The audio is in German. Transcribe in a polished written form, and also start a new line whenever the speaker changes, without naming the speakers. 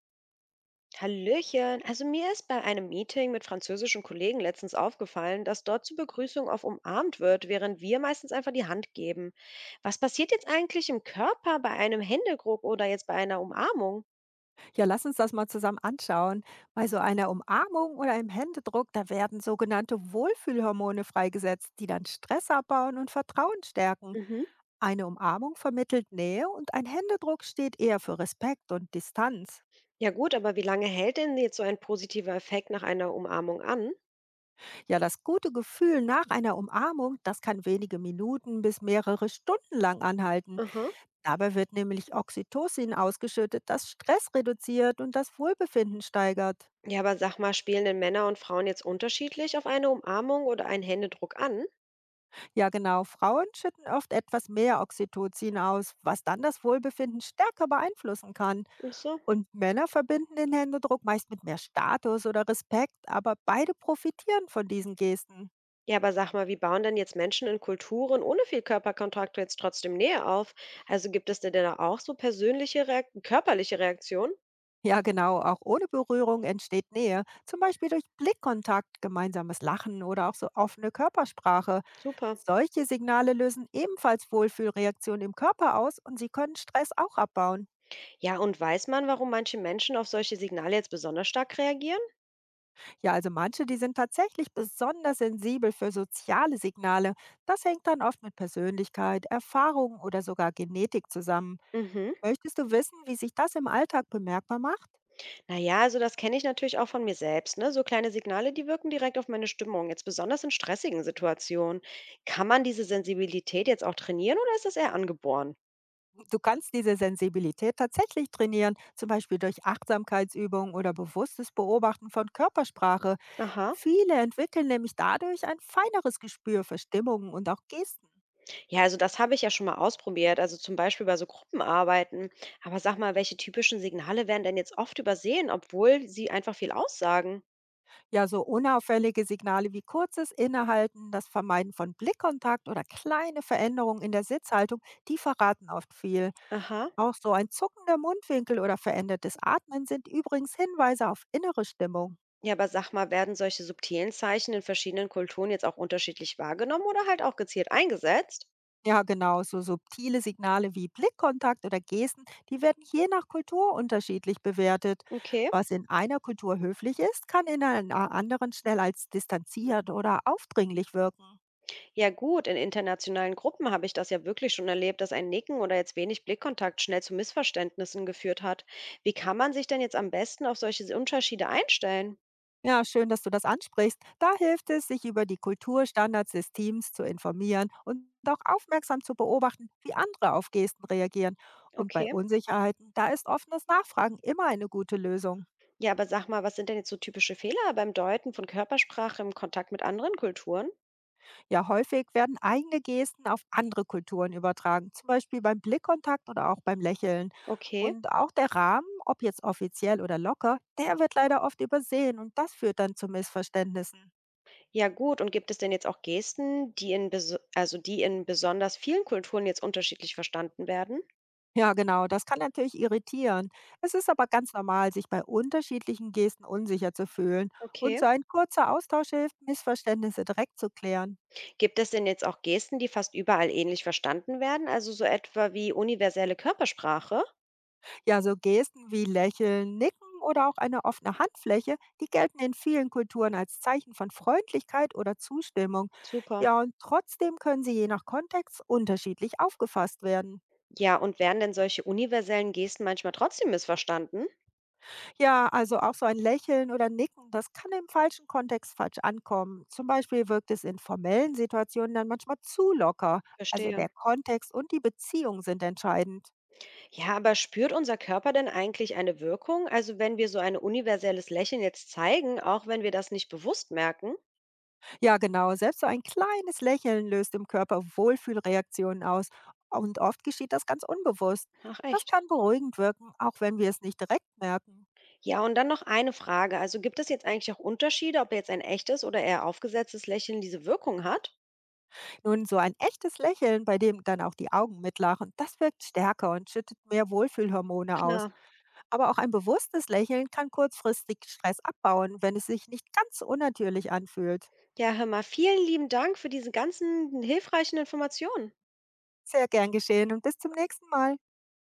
Hallöchen. Also mir ist bei einem Meeting mit französischen Kollegen letztens aufgefallen, dass dort zur Begrüßung auf umarmt wird, während wir meistens einfach die Hand geben. Was passiert jetzt eigentlich im Körper bei einem Händedruck oder jetzt bei einer Umarmung?
Ja, lass uns das mal zusammen anschauen. Bei so einer Umarmung oder einem Händedruck, da werden sogenannte Wohlfühlhormone freigesetzt, die dann Stress abbauen und Vertrauen stärken.
Mhm.
Eine Umarmung vermittelt Nähe und ein Händedruck steht eher für Respekt und Distanz.
Ja gut, aber wie lange hält denn jetzt so ein positiver Effekt nach einer Umarmung an?
Ja, das gute Gefühl nach einer Umarmung, das kann wenige Minuten bis mehrere Stunden lang anhalten.
Aha.
Dabei wird nämlich Oxytocin ausgeschüttet, das Stress reduziert und das Wohlbefinden steigert.
Ja, aber sag mal, spielen denn Männer und Frauen jetzt unterschiedlich auf eine Umarmung oder einen Händedruck an?
Ja, genau. Frauen schütten oft etwas mehr Oxytocin aus, was dann das Wohlbefinden stärker beeinflussen kann.
Ach so.
Und Männer verbinden den Händedruck meist mit mehr Status oder Respekt, aber beide profitieren von diesen Gesten.
Ja, aber sag mal, wie bauen denn jetzt Menschen in Kulturen ohne viel Körperkontakt jetzt trotzdem Nähe auf? Also gibt es denn da auch so persönliche, Reak körperliche Reaktionen?
Ja, genau. Auch ohne Berührung entsteht Nähe, zum Beispiel durch Blickkontakt, gemeinsames Lachen oder auch so offene Körpersprache.
Super.
Solche Signale lösen ebenfalls Wohlfühlreaktionen im Körper aus und sie können Stress auch abbauen.
Ja, und weiß man, warum manche Menschen auf solche Signale jetzt besonders stark reagieren?
Ja, also manche, die sind tatsächlich besonders sensibel für soziale Signale. Das hängt dann oft mit Persönlichkeit, Erfahrung oder sogar Genetik zusammen.
Mhm.
Möchtest du wissen, wie sich das im Alltag bemerkbar macht?
Naja, also das kenne ich natürlich auch von mir selbst. Ne? So kleine Signale, die wirken direkt auf meine Stimmung, jetzt besonders in stressigen Situationen. Kann man diese Sensibilität jetzt auch trainieren oder ist das eher angeboren?
Du kannst diese Sensibilität tatsächlich trainieren, zum Beispiel durch Achtsamkeitsübungen oder bewusstes Beobachten von Körpersprache.
Aha.
Viele entwickeln nämlich dadurch ein feineres Gespür für Stimmungen und auch Gesten.
Ja, also das habe ich ja schon mal ausprobiert, also zum Beispiel bei so Gruppenarbeiten. Aber sag mal, welche typischen Signale werden denn jetzt oft übersehen, obwohl sie einfach viel aussagen?
Ja, so unauffällige Signale wie kurzes Innehalten, das Vermeiden von Blickkontakt oder kleine Veränderungen in der Sitzhaltung, die verraten oft viel.
Aha.
Auch so ein zuckender Mundwinkel oder verändertes Atmen sind übrigens Hinweise auf innere Stimmung.
Ja, aber sag mal, werden solche subtilen Zeichen in verschiedenen Kulturen jetzt auch unterschiedlich wahrgenommen oder halt auch gezielt eingesetzt?
Ja, genau, so subtile Signale wie Blickkontakt oder Gesten, die werden je nach Kultur unterschiedlich bewertet.
Okay.
Was in einer Kultur höflich ist, kann in einer anderen schnell als distanziert oder aufdringlich wirken.
Ja gut, in internationalen Gruppen habe ich das ja wirklich schon erlebt, dass ein Nicken oder jetzt wenig Blickkontakt schnell zu Missverständnissen geführt hat. Wie kann man sich denn jetzt am besten auf solche Unterschiede einstellen?
Ja, schön, dass du das ansprichst. Da hilft es, sich über die Kulturstandards des Teams zu informieren und auch aufmerksam zu beobachten, wie andere auf Gesten reagieren. Und bei
Okay.
Unsicherheiten, da ist offenes Nachfragen immer eine gute Lösung.
Ja, aber sag mal, was sind denn jetzt so typische Fehler beim Deuten von Körpersprache im Kontakt mit anderen Kulturen?
Ja, häufig werden eigene Gesten auf andere Kulturen übertragen, zum Beispiel beim Blickkontakt oder auch beim Lächeln.
Okay.
Und auch der Rahmen, ob jetzt offiziell oder locker, der wird leider oft übersehen und das führt dann zu Missverständnissen.
Ja, gut. Und gibt es denn jetzt auch Gesten, die also die in besonders vielen Kulturen jetzt unterschiedlich verstanden werden?
Ja, genau, das kann natürlich irritieren. Es ist aber ganz normal, sich bei unterschiedlichen Gesten unsicher zu fühlen. Und
Okay.
so ein kurzer Austausch hilft, Missverständnisse direkt zu klären.
Gibt es denn jetzt auch Gesten, die fast überall ähnlich verstanden werden? Also so etwa wie universelle Körpersprache?
Ja, so Gesten wie Lächeln, Nicken oder auch eine offene Handfläche, die gelten in vielen Kulturen als Zeichen von Freundlichkeit oder Zustimmung.
Super.
Ja, und trotzdem können sie je nach Kontext unterschiedlich aufgefasst werden.
Ja, und werden denn solche universellen Gesten manchmal trotzdem missverstanden?
Ja, also auch so ein Lächeln oder Nicken, das kann im falschen Kontext falsch ankommen. Zum Beispiel wirkt es in formellen Situationen dann manchmal zu locker. Also
Verstehe.
der Kontext und die Beziehung sind entscheidend.
Ja, aber spürt unser Körper denn eigentlich eine Wirkung? Also wenn wir so ein universelles Lächeln jetzt zeigen, auch wenn wir das nicht bewusst merken?
Ja, genau. Selbst so ein kleines Lächeln löst im Körper Wohlfühlreaktionen aus. Und oft geschieht das ganz unbewusst.
Ach
Das
echt?
kann beruhigend wirken, auch wenn wir es nicht direkt merken.
Ja, und dann noch eine Frage. Also gibt es jetzt eigentlich auch Unterschiede, ob jetzt ein echtes oder eher aufgesetztes Lächeln diese Wirkung hat?
Nun, so ein echtes Lächeln, bei dem dann auch die Augen mitlachen, das wirkt stärker und schüttet mehr Wohlfühlhormone aus.
Klar.
Aber auch ein bewusstes Lächeln kann kurzfristig Stress abbauen, wenn es sich nicht ganz unnatürlich anfühlt.
Ja, hör mal, vielen lieben Dank für diese ganzen hilfreichen Informationen.
Sehr gern geschehen und bis zum nächsten Mal.